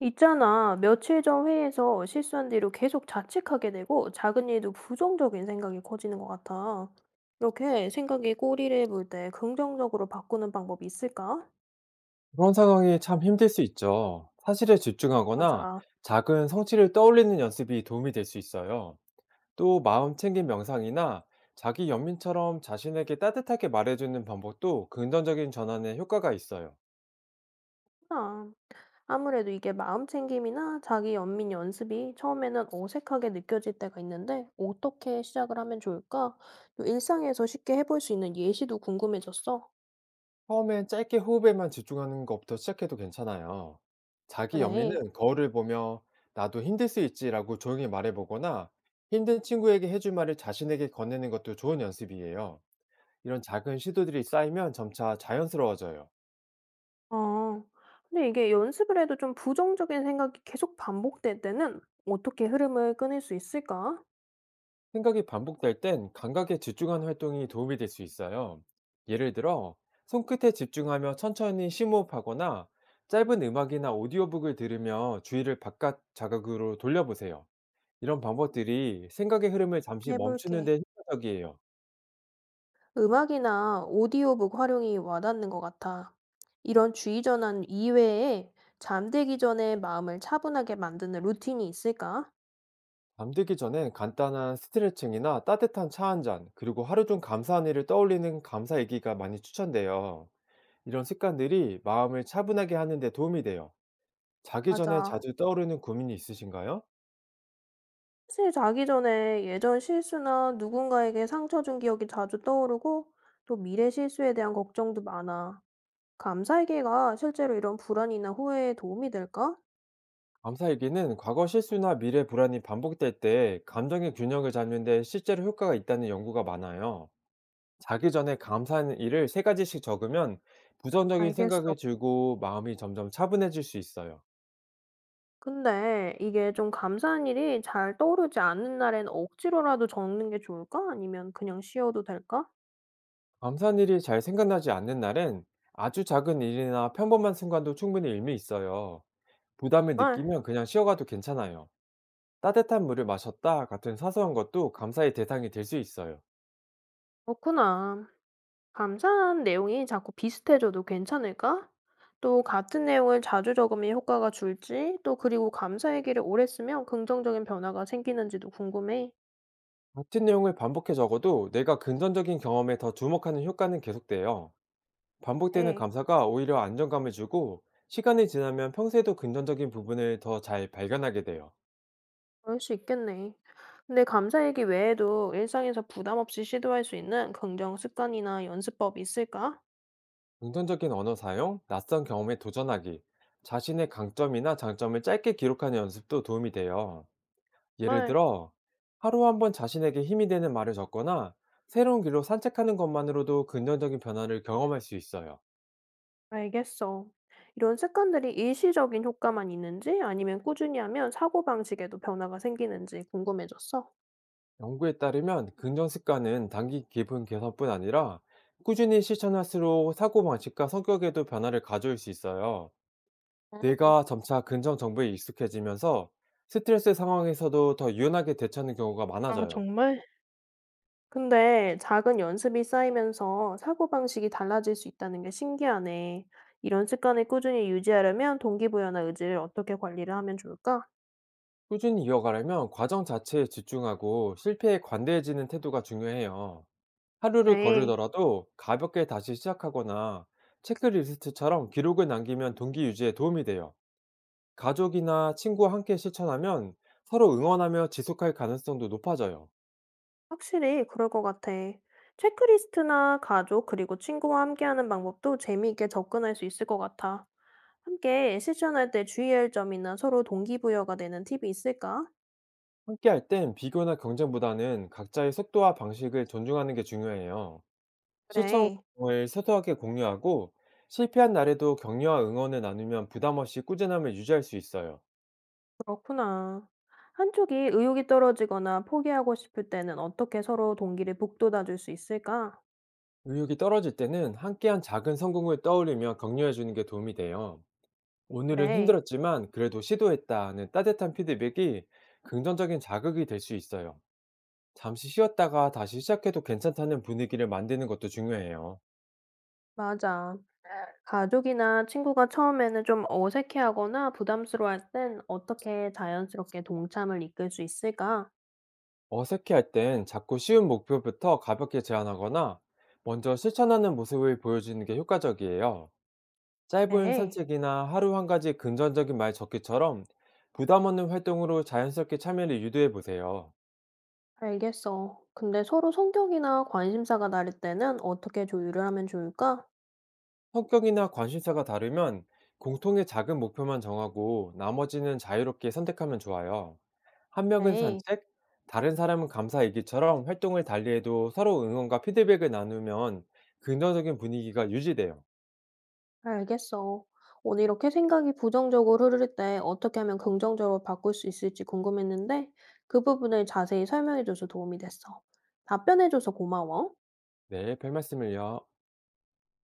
있잖아, 며칠 전 회의에서 실수한 뒤로 계속 자책하게 되고 작은 일도 부정적인 생각이 커지는 것 같아. 이렇게 생각이 꼬리를 물 때 긍정적으로 바꾸는 방법이 있을까? 그런 상황이 참 힘들 수 있죠. 사실에 집중하거나 맞아. 작은 성취를 떠올리는 연습이 도움이 될 수 있어요. 또 마음 챙김 명상이나 자기 연민처럼 자신에게 따뜻하게 말해주는 방법도 긍정적인 전환에 효과가 있어요. 아, 아무래도 이게 마음 챙김이나 자기 연민 연습이 처음에는 어색하게 느껴질 때가 있는데 어떻게 시작을 하면 좋을까? 또 일상에서 쉽게 해볼 수 있는 예시도 궁금해졌어. 처음엔 짧게 호흡에만 집중하는 것부터 시작해도 괜찮아요. 자기 그래. 연민은 거울을 보며 나도 힘들 수 있지라고 조용히 말해보거나 힘든 친구에게 해줄 말을 자신에게 건네는 것도 좋은 연습이에요. 이런 작은 시도들이 쌓이면 점차 자연스러워져요. 아. 근데 이게 연습을 해도 좀 부정적인 생각이 계속 반복될 때는 어떻게 흐름을 끊을 수 있을까? 생각이 반복될 땐 감각에 집중하는 활동이 도움이 될 수 있어요. 예를 들어, 손끝에 집중하며 천천히 심호흡하거나 짧은 음악이나 오디오북을 들으며 주의를 바깥 자극으로 돌려보세요. 이런 방법들이 생각의 흐름을 이렇게 잠시 멈추는 해볼게. 데 효과적이에요. 음악이나 오디오북 활용이 와닿는 것 같아. 이런 주의 전환 이외에 잠들기 전에 마음을 차분하게 만드는 루틴이 있을까? 잠들기 전엔 간단한 스트레칭이나 따뜻한 차 한 잔, 그리고 하루 중 감사한 일을 떠올리는 감사 얘기가 많이 추천돼요. 이런 습관들이 마음을 차분하게 하는 데 도움이 돼요. 자기 전에 맞아. 자주 떠오르는 고민이 있으신가요? 사실 자기 전에 예전 실수나 누군가에게 상처 준 기억이 자주 떠오르고 또 미래 실수에 대한 걱정도 많아. 감사일기가 실제로 이런 불안이나 후회에 도움이 될까? 감사일기는 과거 실수나 미래 불안이 반복될 때 감정의 균형을 잡는 데 실제로 효과가 있다는 연구가 많아요. 자기 전에 감사한 일을 세 가지씩 적으면 부정적인 알겠어. 생각을 줄고 마음이 점점 차분해질 수 있어요. 근데 이게 좀 감사한 일이 잘 떠오르지 않는 날엔 억지로라도 적는 게 좋을까? 아니면 그냥 쉬어도 될까? 감사한 일이 잘 생각나지 않는 날엔 아주 작은 일이나 평범한 순간도 충분히 의미 있어요. 부담을 정말? 느끼면 그냥 쉬어가도 괜찮아요. 따뜻한 물을 마셨다 같은 사소한 것도 감사의 대상이 될 수 있어요. 그렇구나. 감사한 내용이 자꾸 비슷해져도 괜찮을까? 또 같은 내용을 자주 적으면 효과가 줄지, 또 그리고 감사 얘기를 오래 쓰면 긍정적인 변화가 생기는지도 궁금해. 같은 내용을 반복해 적어도 내가 근전적인 경험에 더 주목하는 효과는 계속돼요. 반복되는 네, 감사가 오히려 안정감을 주고 시간이 지나면 평소에도 근전적인 부분을 더 잘 발견하게 돼요. 그럴 수 있겠네. 근데 감사 얘기 외에도 일상에서 부담 없이 시도할 수 있는 긍정 습관이나 연습법이 있을까? 긍정적인 언어 사용, 낯선 경험에 도전하기, 자신의 강점이나 장점을 짧게 기록하는 연습도 도움이 돼요. 예를 정말? 들어, 하루 한 번 자신에게 힘이 되는 말을 적거나 새로운 길로 산책하는 것만으로도 긍정적인 변화를 경험할 수 있어요. 알겠어. 이런 습관들이 일시적인 효과만 있는지 아니면 꾸준히 하면 사고방식에도 변화가 생기는지 궁금해졌어. 연구에 따르면 긍정 습관은 단기 기분 개선뿐 아니라 꾸준히 실천할수록 사고방식과 성격에도 변화를 가져올 수 있어요. 음, 뇌가 점차 긍정 정보에 익숙해지면서 스트레스 상황에서도 더 유연하게 대처하는 경우가 아, 많아져요. 정말? 근데 작은 연습이 쌓이면서 사고방식이 달라질 수 있다는 게 신기하네. 이런 습관을 꾸준히 유지하려면 동기부여나 의지를 어떻게 관리를 하면 좋을까? 꾸준히 이어가려면 과정 자체에 집중하고 실패에 관대해지는 태도가 중요해요. 하루를 네, 거르더라도 가볍게 다시 시작하거나 체크리스트처럼 기록을 남기면 동기 유지에 도움이 돼요. 가족이나 친구와 함께 실천하면 서로 응원하며 지속할 가능성도 높아져요. 확실히 그럴 것 같아. 체크리스트나 가족, 그리고 친구와 함께하는 방법도 재미있게 접근할 수 있을 것 같아. 함께 실천할 때 주의할 점이나 서로 동기부여가 되는 팁이 있을까? 함께 할 땐 비교나 경쟁보다는 각자의 속도와 방식을 존중하는 게 중요해요. 실천을 그래, 소소하게 공유하고 실패한 날에도 격려와 응원을 나누면 부담 없이 꾸준함을 유지할 수 있어요. 그렇구나. 한쪽이 의욕이 떨어지거나 포기하고 싶을 때는 어떻게 서로 동기를 북돋아 줄 수 있을까? 의욕이 떨어질 때는 함께한 작은 성공을 떠올리며 격려해 주는 게 도움이 돼요. 오늘은 그래, 힘들었지만 그래도 시도했다는 따뜻한 피드백이 긍정적인 자극이 될 수 있어요. 잠시 쉬었다가 다시 시작해도 괜찮다는 분위기를 만드는 것도 중요해요. 맞아. 가족이나 친구가 처음에는 좀 어색해하거나 부담스러워할 땐 어떻게 자연스럽게 동참을 이끌 수 있을까? 어색해할 땐 자꾸 쉬운 목표부터 가볍게 제안하거나 먼저 실천하는 모습을 보여주는 게 효과적이에요. 짧은 네, 산책이나 하루 한 가지 긍정적인 말 적기처럼 부담 없는 활동으로 자연스럽게 참여를 유도해 보세요. 알겠어. 근데 서로 성격이나 관심사가 다를 때는 어떻게 조율을 하면 좋을까? 성격이나 관심사가 다르면 공통의 작은 목표만 정하고 나머지는 자유롭게 선택하면 좋아요. 한 명은 그래, 산책, 다른 사람은 감사 얘기처럼 활동을 달리해도 서로 응원과 피드백을 나누면 긍정적인 분위기가 유지돼요. 알겠어. 오늘 이렇게 생각이 부정적으로 흐를 때 어떻게 하면 긍정적으로 바꿀 수 있을지 궁금했는데 그 부분을 자세히 설명해줘서 도움이 됐어. 답변해줘서 고마워. 네, 별 말씀을요.